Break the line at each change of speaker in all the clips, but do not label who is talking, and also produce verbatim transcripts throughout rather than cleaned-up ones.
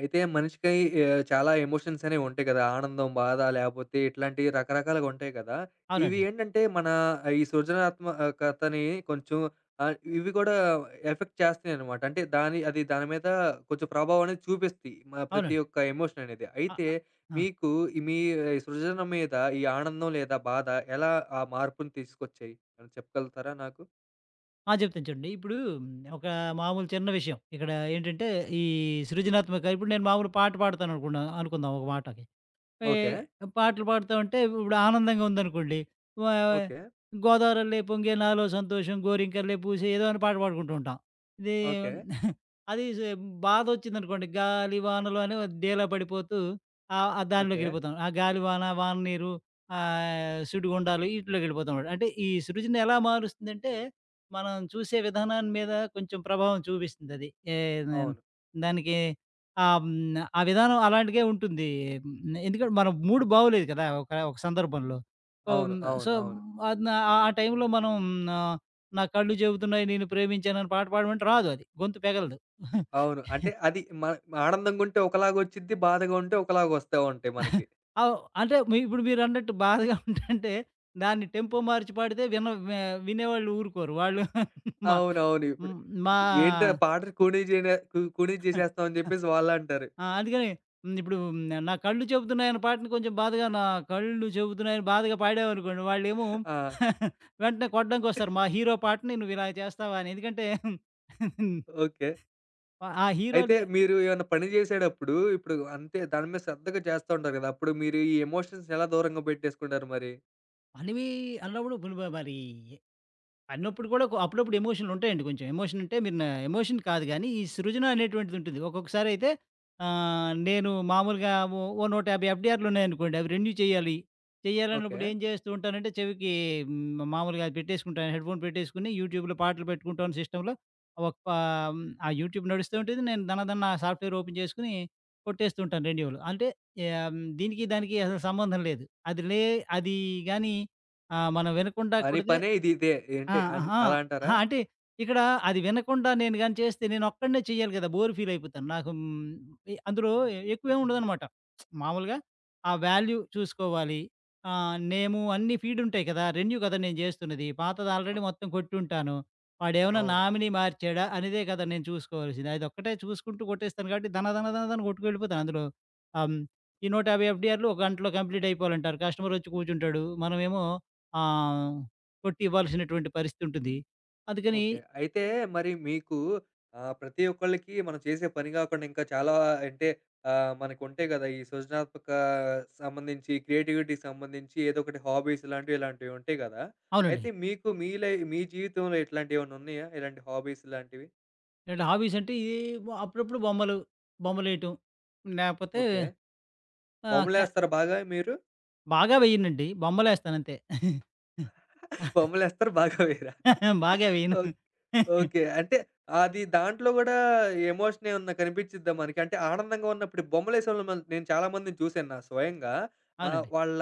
అయితే మనిషికి ఆహ్, చాలా ఎమోషన్స్ అనేవి ఉంటాయి కదా! ఆనందం, బాధ లేపోతే ఇట్లాంటి రకరకాలుగా ఉంటాయి కదా! ఇవి
అవునండి.
ఏంటంటే మన ఆ, ఈ సృజనాత్మకతని కొంచెం ఆహ్, ఇవి కూడా ఎఫెక్ట్ చేస్తాయన్నమాట. అంటే దాని అది దాని మీద కొంచెం ప్రభావం అనేది చూపిస్తాయి. మా ప్రతి
అవునండి.
ఒక్క ఎమోషన్ అనేది.
అ
అయితే
అ ఆ!
మీకు ఈ మీ ఆ, సృజన మీద ఈ ఆనందం లేదా బాధ ఎలా ఆ మార్పుని తీసుకొచ్చాయి? ఏమైనా చెప్పగలుగుతారా నాకు?
ఆ! చెప్తాను చూడండి. ఇప్పుడు ఒక మామూలు చిన్న విషయం. ఇక్కడ ఏంటంటే, ఈ సృజనాత్మక ఇప్పుడు నేను మామూలు పాట పాడతాననుకున్నా అనుకుందాం ఒక మాటకి. ఏ
ఓకే.
పాటలు పాడుతా ఉంటే ఇప్పుడు ఆనందంగా ఉందనుకోండి. వా
ఓకే.
గోదావరల్లే పొంగే నాలో సంతోషం, గోరింకలే పూసే ఏదో అని పాట పాడుకుంటూ ఉంటాం. ఇది
ఓకే.
అది సే బాధొచ్చిందనుకోండి, గాలి వానలో అని డేలా పడిపోతూ ఆహ్, ఆ
ఓకే.
దానిలోకెళ్ళిపోతాం. ఆ గాలి వాన, వాన నీరు, ఆహ్, సుడిగుండాలు ఈటిలోకెళ్ళిపోతాం. అంటే ఈ సృజన ఎలా మారుస్తుందంటే, మనం చూసే విధానాన్ని మీద కొంచెం ప్రభావం చూపిస్తుందది. ఏ
అవును,
దానికి ఆ! హ్మ్. ఆ విధానం అలాంటిదే ఉంటుంది. హ్మ్. ఎందుకంటే మన మూడ్ బాగోలేదు కదా! ఒక ఒక సందర్భంలో. సో,
అవును,
హ్మ్.
అవును,
సో,
అవును.
అది నా ఆ ఆ టైంలో మనం నా నా కళ్ళు చెబుతున్నాయి నేను ప్రేమించానని పాట పాడమంటే రాదు అది. గొంతు పెగలదు.
అవును. అంటే అది మ ఆనందంగుంటే ఒకలాగొచ్చిద్ది. బాధగా ఉంటే ఒకలాగొస్తా ఉంటాయి మనకి.
అవ్ అంటే మీ ఇప్పుడు మీరన్నట్టు బాధగా ఉంటంటే దాన్ని టెంపో మార్చి పాడితే విన వి వినేవాళ్ళు ఊరుకోరు. వాళ్ళు మా
అవునవును. ఇప్పుడు
హ్మ్. మా
ఏంట్రా పాటను కూనీ జేన కు కూనీ జేసేస్తున్నావు అని జెప్పేసి వాళ్ళంటారు.
ఆ! అందుకని హ్మ్. ఇప్పుడు ఉమ్, నా కళ్ళు చెబుతున్నాయన్న పాటని కొంచెం బాధగా నా కళ్ళు చెబుతున్నాయని బాధగా పాడామనుకోండి వాళ్ళేమో
ఆ!
వెంటనే కొట్టడానికొస్తారు. మా హీరో పాటని నువ్వు ఇలా చేస్తావా అని. ఎందుకంటే
ఓకే.
ఆ
అయితే
హీరోలు
మీరు ఏమన్నా పని జేసేటప్పుడు ఇప్పుడు అంతే దాని మీద శ్రద్ధగా చేస్తా ఉంటారు గదా! అప్పుడు మీరు ఈ ఎమోషన్స్‌ని ఎలా దూరంగా పెట్టేసుకుంటారు మరి?
అనేవి అన్నప్పుడు మరి అన్నప్పుడు కూడా కొ అప్పుడప్పుడు ఎమోషన్‌లుంటాయండి కొంచెం. ఎమోషన్ అంటే మీరు నా ఎమోషన్ కాదు గానీ, ఈ సృజన అనేటువంటిదుంటుంది. ఒక్కొక్కసారయితే ఆహ్, నేను మామూలుగా ఓ ఓ నూట యాభై ఎఫ్‌డిఆర్‌లున్నాయనుకోండి. అవి రెన్యూ చేయాలి.
ఓకే.
చేయాలన్నప్పుడు ఏం చేస్తూ ఉంటానంటే చెవికి హ్మ్, మామూలుగా అది పెట్టేసుకుంటాను. హెడ్‌ఫోన్ పెట్టేసుకొని యూట్యూబ్‌లో పాటలు పెట్టుకుంటాను సిస్టమ్‌లో. ఒక హ్మ్, ఆ యూట్యూబ్ నడుస్తూ ఉంటుంది. నేను దనదన సాఫ్ట్‌వేర్ ఓపెన్ చేసుకొని కొట్టేస్తూ ఉంటాను రెన్యూలు. అంటే ఆహ్, హ్మ్, దీనికి దానికి అసలు సంబంధం లేదు. అది లే అది గానీ ఆహ్, మనం వినకుండా
పని
కొడితే
పనే ఇది ఇదే.
ఆ!
ఏంటి అన్
ఆహా!
అలా అంటారా?
అహా! అంటే ఇక్కడ అది వినకుండా నేను గాని చేస్తే నేనొక్కడినే చేయాలి కదా! బోర్ ఫీల్ అయిపోతాను. నాకు హ్మ్, ఎ అందులో ఎక్కువేమి ఉండదనమాట. మామూలుగా ఆ వాల్యూ చూసుకోవాలి. ఆహ్, నేము అన్నీ ఫీడ్ ఉంటాయి కదా! రెన్యూ కదా నేను చేస్తున్నది. పాతది
అ
ఆల్రెడీ మొత్తం కొట్టుంటాను. వాడేమన్నా
అవును.
నామినీ మార్చాడా అనేదే కదా నేను చూసుకోవాల్సింది. అదొక్కటే చూసుకుంటూ కొట్టేస్తాను కాబట్టి ధన ధన ధన ధన కొట్టుకెళ్ళిపోతాను అందులో. ఆహ్, హ్మ్, ఈ నూట యాభై ఎఫ్‌డిఆర్‌లు ఒక గంటలో కంప్లీట్ అయిపోవాలంటారు. కస్టమర్ వచ్చి కూర్చుంటాడు. మనమేమో ఆహ్ కొట్టి ఇవ్వాల్సినటువంటి పరిస్థితి ఉంటుంది. అందుకని
ఓకే. అయితే మరి మీకు ఆహ్, ప్రతి ఒక్కళ్ళకి మనం చేసే పని గాకుండా ఇంకా చాలా అంటే ఆహ్, మనకుంటాయి గదా! ఈ సృజనాత్మక సంబంధించి క్రియేటివిటీకి సంబంధించి ఏదో ఒకటి హాబీస్ ఇలాంటివి, ఇలాంటివి ఉంటాయి గదా!
అవునండి.
అయితే మీకు మీ లై మీ జీవితంలో ఇట్లాంటియేమన్నా ఉన్నాయా? ఇలాంటి హాబీస్ లాంటివి?
ఇలాంటి హాబీస్ అంటే ఇది అప్పుడప్పుడు బొమ్మలు, బొమ్మలేయటం లేకపోతే
ఓకే.
ఆహ్, క్య
బొమ్మలేస్తారా బాగా మీరు?
బాగా వేయనండి. బొమ్మలేస్తానంతే.
బొమ్మలేస్తారా బాగా వేయరా?
బాగా వేయను.
ఓకే. ఓకే. అంటే అది దాంట్లో గూడా ఎమోషన్ ఏమన్నా కనిపిచ్చిద్దా మనకి? అంటే ఆనందంగా ఉన్నప్పుడు బొమ్మలేసేవాళ్ళని మనం నేను చాలా మందిని చూసాను నా స్వయంగా. ఆహ్,
అవునండి.
వాళ్ళ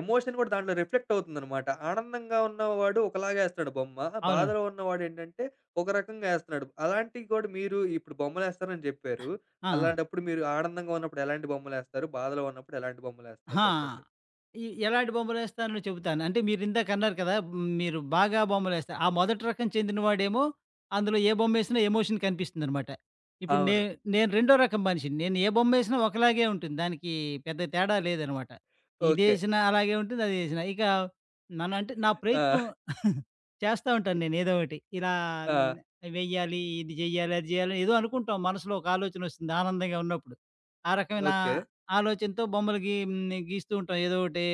ఎమోషన్ గూడా దాంట్లో రిఫ్లెక్ట్ అవుతుందనమాట. ఆనందంగా ఉన్నవాడు ఒకలాగా ఏస్తున్నాడు బొమ్మ.
అవును.
బాధలో ఉన్నవాడేంటంటే ఒక రకంగా ఏస్తున్నాడు. అలాంటివి గూడా మీరు ఇప్పుడు బొమ్మలేస్తారని జెప్పారు.
ఆ! ఆ!
అలాంటప్పుడు మీరు ఆనందంగా ఉన్నప్పుడు ఎలాంటి బొమ్మలేస్తారు? బాధలో ఉన్నప్పుడు ఎలాంటి బొమ్మలేస్తారు
అహా!
చెప్పండి?
ఎ ఎలాంటి బొమ్మలేస్తానో చెబుతాను. అంటే మీరిందాకన్నారు కదా! హ్మ్, మీరు బాగా బొమ్మలేస్తారు. ఆ మొదటి రకం చెందిన వాడేమో అందులో ఏ బొమ్మేసినా ఎమోషన్ కనిపిస్తుందనమాట. ఇప్పుడు నే
అవును.
నేను రెండో రకం మనిషిని. నేను ఏ బొమ్మేసినా ఒకలాగే ఉంటుంది. దానికి పెద్ద తేడా లేదనమాట.
ఓకే.
ఇదేసినా అలాగే ఉంటుంది. అదేసినా ఇక నన్ను అంటే నా ప్రయత్నం
ఆ!
చేస్తా ఉంటాను నేను ఏదో ఒకటి. ఇలా
ఆ!
హ్మ్, వెయ్యాలి, ఇది జెయ్యాలి, అది జెయ్యాలి ఏదో అనుకుంటాం. మనసులో ఒక ఆలోచనొస్తుంది ఆనందంగా ఉన్నప్పుడు. ఆ రకమైన
ఓకే.
ఆలోచనతో బొమ్మలు గీ హ్మ్. గీస్తూ ఉంటాం. ఏదో ఒకటి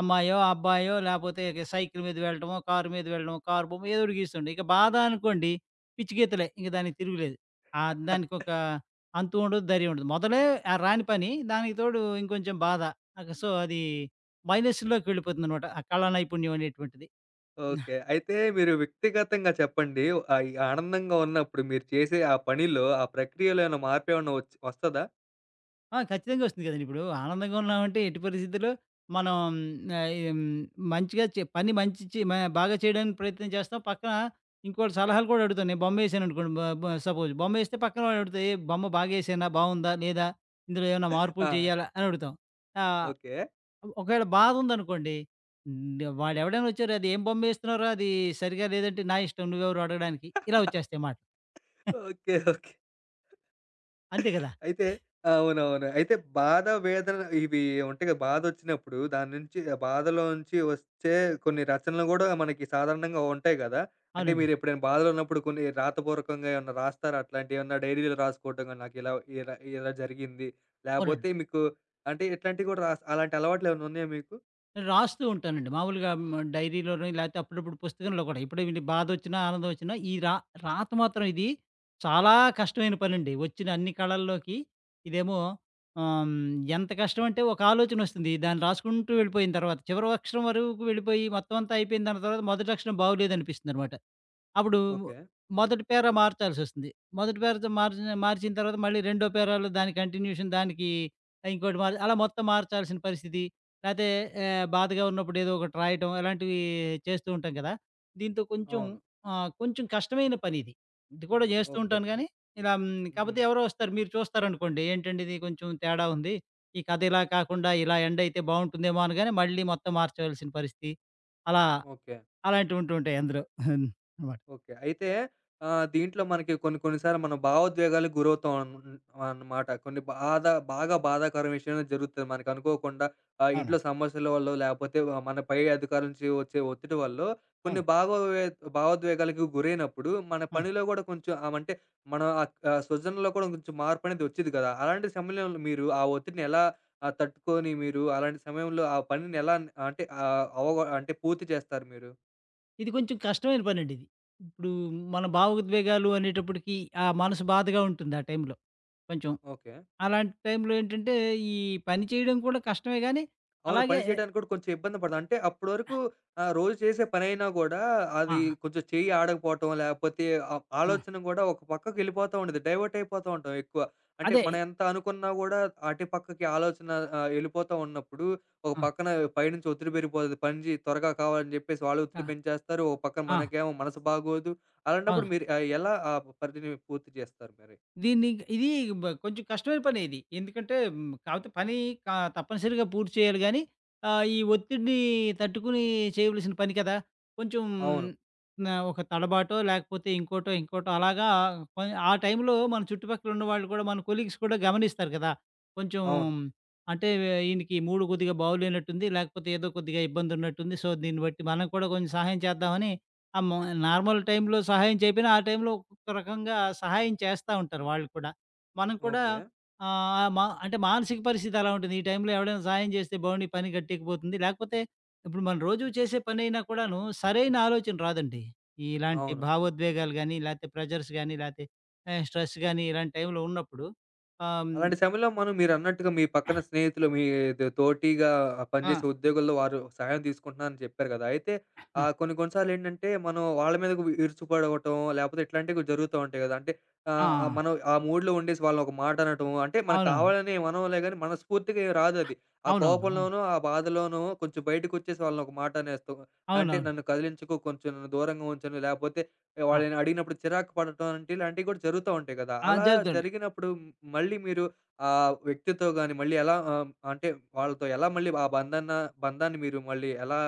అమ్మాయో, అబ్బాయో లేపోతే ఇక సైకిల్ మీద వెళ్ళటమో, కారు మీద వెళ్ళడమో, కారు బొమ్మ ఏదో ఒకటి గీస్తుండే. ఇక బాధ అనుకోండి పిచ్చి గీతలే. ఇంక దానికి తిరుగులేదు. ఆహ్, దానికొక అంతు ఉండదు, ధైర్యం ఉండదు. మొదలే ఆహ్, రాని పని దానికి తోడు ఇంకొంచెం బాధ. ఆహ్, సో, అది మైనస్‌లోకి వెళ్ళిపోతుందనమాట. ఆ కళా నైపుణ్యం అనేటువంటిది.
ఓకే. అయితే మీరు వ్యక్తిగతంగా చెప్పండి. ఆహ్, ఈ ఆనందంగా ఉన్నప్పుడు మీరు చేసే ఆ పనిలో, ఆ ప్రక్రియలో ఏమైనా మార్పేమన్నా వచ్ వస్తదా?
ఆ! ఖచ్చితంగా వస్తుంది కదండీ! ఇప్పుడు ఆనందంగా ఉన్నామంటే ఎట్టి పరిస్థితుల్లో మనం ఆహ్, హ్మ్, మంచిగా చే పని మంచి చే మ బాగా చేయడానికి ప్రయత్నం చేస్తాం. పక్కన ఇంకోటి సలహాలు కూడా అడుగుతాను. నేను బొమ్మేసాననుకోండి బ బ సపోజ్ బొమ్మేస్తే పక్కన వాడు అడుగుతాడు, "ఏ బొమ్మ బాగేసానా? బావుందా? లేదా? ఇందులో ఏమైనా మార్పులు
ఆ!
చేయాలా?" అని అడుగుతాం. ఆహ్,
ఓకే.
ఒకవేళ బాధ ఉందనుకోండి, హ్మ్, వాడెవడైనా వచ్చారు, "అది ఏం బొమ్మేస్తున్నావురా? అది సరిగ్గా లేదంటే", "నా ఇష్టం నువ్వెవరు అడగడానికి?" ఇలా వచ్చేస్తాయి మాటలు.
ఓకే. ఓకే.
అంతే కదా!
అయితే అవునవును. అయితే బాధ, వేదన ఇవి ఉంటాయి కదా! బాధొచ్చినప్పుడు దాని నుంచి ఆ బాధలో నుంచి వచ్చే కొన్ని రచనలు గూడా మనకి సాధారణంగా ఉంటాయి గదా! అంటే
అవునండి.
మీరెప్పుడైనా బాధలో ఉన్నప్పుడు కొన్ని రాతపూర్వకంగా ఏమన్నా రాస్తారా? అట్లాంటియేమన్నా డైరీలో రాసుకోవటం గాని నాకిలా ఇలా ఇలా ఇలా జరిగింది. లేపోతే
అవునండి.
మీకు అంటే ఇట్లాంటివి గూడా రాస్ అలాంటి అలవాట్లేమన్నా ఉన్నాయా మీకు?
రాస్తూ ఉంటానండి. మామూలుగా హ్మ్. డైరీలోనో లేతే అప్పుడప్పుడు పుస్తకంలో కూడా. ఇప్పుడు వీళ్ళకి బాధొచ్చినా, ఆనందమొచ్చినా ఈ రా రాత మాత్రం ఇది చాలా కష్టమైన పనండి. వచ్చిన అన్ని కళల్లోకి ఇదేమో ఆహ్, హ్మ్. ఎంత కష్టమంటే ఒక ఆలోచనొస్తుంది. దాన్ని రాసుకుంటూ వెళ్ళిపోయిన తర్వాత చివరి అక్షరం వరకు వెళ్ళిపోయి మొత్తం అంతా అయిపోయిన దాని తర్వాత మొదటి అక్షరం బాగోలేదనిపిస్తుందనమాట. అప్పుడు
ఓకే.
మొదటి పేరా మార్చాల్సొస్తుంది. మొదటి పేరాతో మార్చిన మార్చిన తర్వాత మళ్ళీ రెండో పేరాలో దాని కంటిన్యూషన్ దానికి ఇంకోటి మార్ అలా మొత్తం మార్చాల్సిన పరిస్థితి. లేతే ఆహ్, బాధగా ఉన్నప్పుడు ఏదో ఒకటి రాయటం ఇలాంటివి చేస్తూ ఉంటాం కదా! దీంతో కొంచెం
అవును.
ఆహ్, కొంచెం కష్టమైన పనిది. ఇది ఇది కూడా చేస్తూ
ఓకే.
ఉంటాను గానీ, ఇలా హ్మ్,
హుహు.
కాపోతే ఎవరో వస్తారు. మీరు చూస్తారనుకోండి, "ఏంటండి ఇది కొంచెం తేడా ఉంది. ఈ కథ ఇలా కాకుండా ఇలా ఎండ్ అయితే బావుంటుందేమో" అనగానే మళ్ళీ మొత్తం మార్చవలసిన పరిస్థితి. అలా
ఓకే.
అలాంటివి ఉంటూ ఉంటాయి అందులో. అనమాట.
ఓకే. అయితే ఆహ్, దీంట్లో మనకి కొన్ని కొన్ని సార్లు మనం భావోద్వేగాలకు గురవుతాం అన్ అన్నమాట. కొన్ని బాధ బాగా బాధాకరం విషయమే జరుగుతది. మనకు అనుకోకుండా ఆహ్, ఇంట్లో
అవునండి.
సమస్యల వల్లో లేపోతే వ మన పై అధికారుల నుంచి వచ్చే ఒత్తిడి వల్లో కొన్ని
అవును.
భావోద్వే భావోద్వేగాలకు గురైనప్పుడు మన
ఆ!
పనిలో గూడా కొంచెం ఆహ్, అంటే మన ఆహ్, ఆహ్, సృజనలో కూడా కొంచెం మార్పనేది ఒచ్చిద్ది కదా! అలాంటి సమయంలో మీరు ఆ ఒత్తిడిని ఎలా ఆహ్, తట్టుకొని మీరు అలాంటి సమయంలో ఆ పనిని ఎలా అంటే ఆహ్, అవగొ అంటే పూర్తి చేస్తారు మీరు?
ఇది కొంచెం కష్టమైన పనండి ఇది. ఇప్పుడు మన భావోద్వేగాలు అనేటప్పటికి ఆ మనసు బాధగా ఉంటుంది ఆ టైంలో కొంచెం.
ఓకే.
అలాంటి టైంలో ఏంటంటే, ఈ పని చేయడం కూడా కష్టమే గానీ,
అవును.
అలాగే
పని చేయడానికి కూడా కొంచెం ఇబ్బంది పడతాం. అంటే అప్పటి వరకు ఆహ్, రోజు చేసే పనైనా గూడా అది
ఆ!
కొంచెం చెయ్యి ఆడకపోవటం, లేకపోతే ఆ
ఆ!
ఆలోచన గూడా ఒక పక్కకెళ్ళిపోతా ఉండిద్ది. డైవర్ట్ అయిపోతా ఉంటాం ఎక్కువ. అంటే
అదే.
మనం ఎంత అనుకున్నా గూడా అటు పక్కకి ఆలోచన ఆహ్, ఎళ్ళిపోతా ఉన్నప్పుడు, ఒక
ఆ!
పక్కన పైనుంచి ఒత్తిడి పెరిగిపోతది. పని జెయి త్వరగా కావాలని జెప్పేసి వాళ్ళు
ఆ!
ఒత్తిడి పెంచేస్తారు. ఒక పక్కన
ఆ!
మనకేమో మనసు బాగోదు. అలాంటప్పుడు
అవును.
మీరు ఆహ్, ఎలా ఆ పనిని పూర్తి జేస్తారు మరి?
దీన్ని ఇది బ కొంచెం కష్టమైన పనే ఇది. ఎందుకంటే హ్మ్, కాపోతే పని క తప్పనిసరిగా పూర్తి చేయాలి గానీ, ఆహ్, ఈ ఒత్తిడిని తట్టుకుని చేయవలసిన పని కదా! కొంచెం
అవును.
నా ఒక తడబాటో లేకపోతే ఇంకోటో, ఇంకోటో అలాగా పని ఆ టైంలో మన చుట్టుపక్కల ఉన్నవాళ్ళు కూడా మన కొలీగ్స్ కూడా గమనిస్తారు కదా! కొంచెం
అవును.
అంటే ఈయనకి మూడ్ కొద్దిగా బాగోలేనట్టుంది. లేకపోతే ఏదో కొద్దిగా ఇబ్బందున్నట్టుంది. సో, దీన్ని బట్టి మనం కూడా కొంచెం సహాయం చేద్దామని ఆ! మో నార్మల్ టైమ్‌లో సహాయం చేయకపోయినా, ఆ టైమ్‌లో ఒక్కొక్క రకంగా సహాయం చేస్తా ఉంటారు వాళ్ళు కూడా. మనం కూడా
ఓకే.
ఆహ్, మా అంటే మానసిక పరిస్థితి అలా ఉంటుంది. ఈ టైమ్‌లో ఎవడైనా సహాయం చేస్తే బావుండు, ఈ పని గట్టెక్కిపోతుంది. లేకపోతే ఇప్పుడు మనం రోజు చేసే పనైనా కూడాను సరైన ఆలోచన రాదండి. ఈ ఇలాంటి
అవును.
భావోద్వేగాలు గాని, లేతే ప్రెషర్స్ గాని, లేతే ఆహ్, స్ట్రెస్ గాని ఇలాంటి టైమ్‌లో ఉన్నప్పుడు ఆహ్, హ్మ్.
అలాంటి సమయంలో మనం మీరన్నట్టుగా మీ పక్కన స్నేహితులు, మీ ద తోటిగా
ఆ!
పనిచేసే ఉద్యోగుల్లో వారు సహాయం తీసుకుంటున్నారని చెప్పారు కదా! అయితే
ఆ!
ఆహ్, కొన్ని కొన్ని సార్లేంటంటే మనం వాళ్ళ మీద వి విరుచుపడవటం లేపోతే ఇట్లాంటివి జరుగుతా ఉంటాయి గదా! అంటే
ఆ!
ఆహ్, ఆహ్, మనం ఆ మూడ్‌లో ఉండేసి వాళ్ళనొక మాట అనటం అంటే మనకు
అవునవును.
కావాలని ఏమనంలే గాని మనస్ఫూర్తిగా ఏం రాదది. ఆ
అవునవును. అవును.
కోపంలోనో, ఆ బాధలోనో కొంచెం బయటకొచ్చేసి వాళ్ళనొక మాట అనేస్తాం. అంటే
అవునవును.
నన్ను కదిలించకు, కొంచెం నన్ను దూరంగా ఉంచను లేపోతే
ఆ!
వాళ్ళని అడిగినప్పుడు చిరాకు పడటం అంటే ఇలాంటివి కూడా జరుగుతా ఉంటాయి కదా!
ఆ!
అలా
జరుగుతుంది.
జరిగినప్పుడు మ్ మళ్ళీ మీరు ఆ వ్యక్తితో గాని మళ్ళీ ఎలా ఆహ్, అంటే వాళ్ళతో ఎలా మళ్ళీ ఆ బంధన బంధాన్ని మీరు మళ్ళీ ఎలా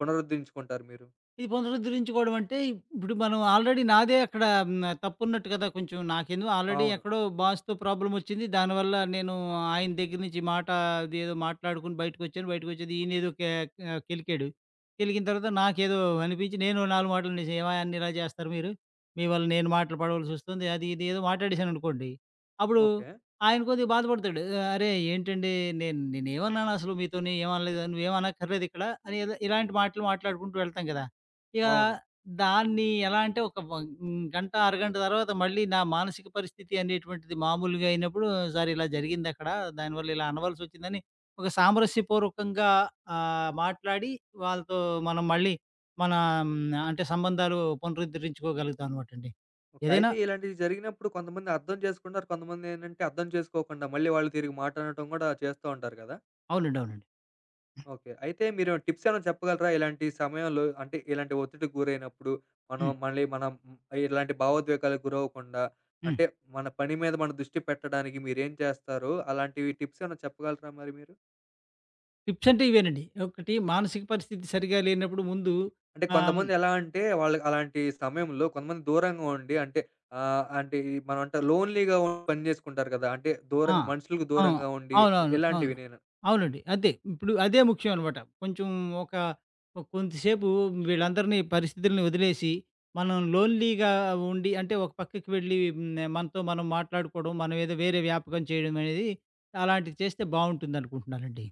పునరుద్ధరించుకుంటారు మీరు?
ఇది పునరుద్ధరించుకోవడం అంటే, ఇప్పుడు మనం ఆల్రెడీ నాదే అక్కడ హ్మ్. తప్పున్నట్టు కదా! కొంచెం నాకేందో ఆల్రెడీ
అవును.
ఎక్కడో బాస్‌తో ప్రాబ్లమొచ్చింది. దానివల్ల నేను ఆయన దగ్గర నుంచి మాట అదేదో మాట్లాడుకొని బయటకొచ్చాను. బయటకొచ్చేది ఈయనేదో కే ఆహ్, కెలికాడు. కెలికిన తర్వాత నాకేదో అనిపించి నేను నాలుగు మాటలు అనేసాను. "ఏమయ్య అన్ని ఇలా చేస్తారు మీరు? మీ వల్ల నేను మాటలు పడవలసొస్తుంది." అది ఇది ఏదో మాట్లాడేశాననుకోండి. అప్పుడు
ఓకే.
ఆయన కొద్దిగా బాధపడతాడు. ఆహ్, "అరే! ఏంటండి నేను నేనేమన్నానసలు మీతోని? ఏమనలేదు. నువ్వేం అనక్కర్లేదిక్కడ" అని ఏదో ఇలాంటి మాటలు మాట్లాడుకుంటూ వెళ్తాం కదా! ఇక
అవును.
దాన్ని ఎలా అంటే ఒక వ హ్మ్, గంట, అరగంట తర్వాత మళ్ళీ నా మానసిక పరిస్థితి అనేటువంటిది మామూలుగా అయినప్పుడు, "సార్ ఇలా జరిగిందక్కడ. దానివల్ల ఇలా అనవలసొచ్చిందని" ఒక సామరస్యపూర్వకంగా ఆహ్, మాట్లాడి వాళ్ళతో మనం మళ్ళీ మన హ్మ్, అంటే సంబంధాలు పునరుద్ధరించుకోగలుగుతాం అనమాటండి.
ఓకే.
ఏదైనా
అయితే ఇలాంటివి జరిగినప్పుడు కొంతమంది అర్థం చేసుకుంటారు. కొంతమందేంటంటే అర్థం చేసుకోకుండా మళ్ళీ వాళ్ళు తిరిగి మాట అనటం కూడా చేస్తూ ఉంటారు కదా!
అవునండి. అవునండి.
ఓకే. అయితే మీరు టిప్స్ ఏమైనా చెప్పగలరా? ఇలాంటి సమయంలో అంటే ఇలాంటి ఒత్తిడికి గురైనప్పుడు మనం
హ్మ్.
మళ్ళీ మనం హ్మ్, ఇలాంటి భావోద్వేగాలకు గురవ్వకుండా
హ్మ్.
అంటే మన పని మీద మన దృష్టి పెట్టడానికి మీరేం చేస్తారు? అలాంటివి టిప్స్ ఏమైనా చెప్పగలరా మరి మీరు?
టిప్స్ అంటే ఇవేనండి. ఒకటి మానసిక పరిస్థితి సరిగా లేనప్పుడు ముందు
అంటే
ఆహ్
కొంతమంది ఎలా అంటే వాళ్ళకి అలాంటి సమయంలో కొంతమంది దూరంగా ఉండి అంటే ఆహ్, అంటే ఈ మనం అంటే లోన్‌లీ‌గా పని చేసుకుంటారు కదా! అంటే
ఆ!
దూరంగా మనుషులకు
అవును.
దూరంగా ఉండి
అవునవును. అవును.
ఇలాంటివి నేను. హ్మ్.
అవునండి. అదే. ఇప్పుడు అదే ముఖ్యం అనమాట. కొంచెం ఒక కొంతసేపు వీళ్ళందరినీ పరిస్థితుల్ని వదిలేసి, మనం లోన్‌లీగా ఉండి అంటే ఒక పక్కకి వెళ్ళి హ్మ్, మనతో మనం మాట్లాడుకోవడం, మనం ఏదో వేరే వ్యాపకం చేయడం అనేది అలాంటివి చేస్తే బావుంటుందనుకుంటున్నానండి.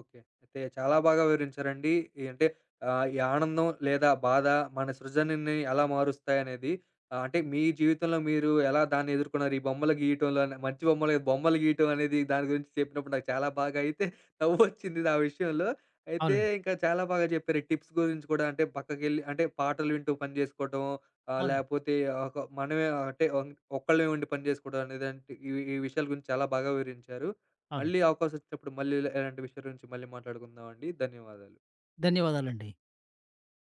ఓకే. అయితే చాలా బాగా వివరించారండి. ఈ అంటే ఆహ్, ఈ ఆనందం లేదా బాధ మన సృజనని ఎలా మారుస్తాయనేది. ఆహ్, అంటే మీ జీవితంలో మీరు ఎలా దాన్ని ఎదుర్కొన్నారు? ఈ బొమ్మలు గీయటంలో అనే- మంచి బొమ్మలు, బొమ్మలు గీయటం అనేది దాని గురించి చెప్పినప్పుడు నాకు చాలా బాగా అయితే నవ్వొచ్చింది నా విషయంలో. అయితే
అవునండి.
ఇంకా చాలా బాగా చెప్పారు. ఈ టిప్స్ గురించి కూడా అంటే పక్కకెళ్ళి అంటే పాటలు వింటూ పని జేసుకోవటం ఆహ్,
అవునండి.
లేపోతే ఒక మనమే అంటే ఒ ఒక్కళ్ళమే ఉండి పని జేసుకోవడం అనేదంటే ఈ ఈ విషయాల గురించి చాలా బాగా వివరించారు. మళ్ళీ
అవునండి.
అవకాశం వచ్చినప్పుడు మళ్ళీ ఇలా ఇలాంటి విషయం గురించి మళ్ళీ మాట్లాడుకుందామండి. ధన్యవాదాలు.
ధన్యవాదాలండి.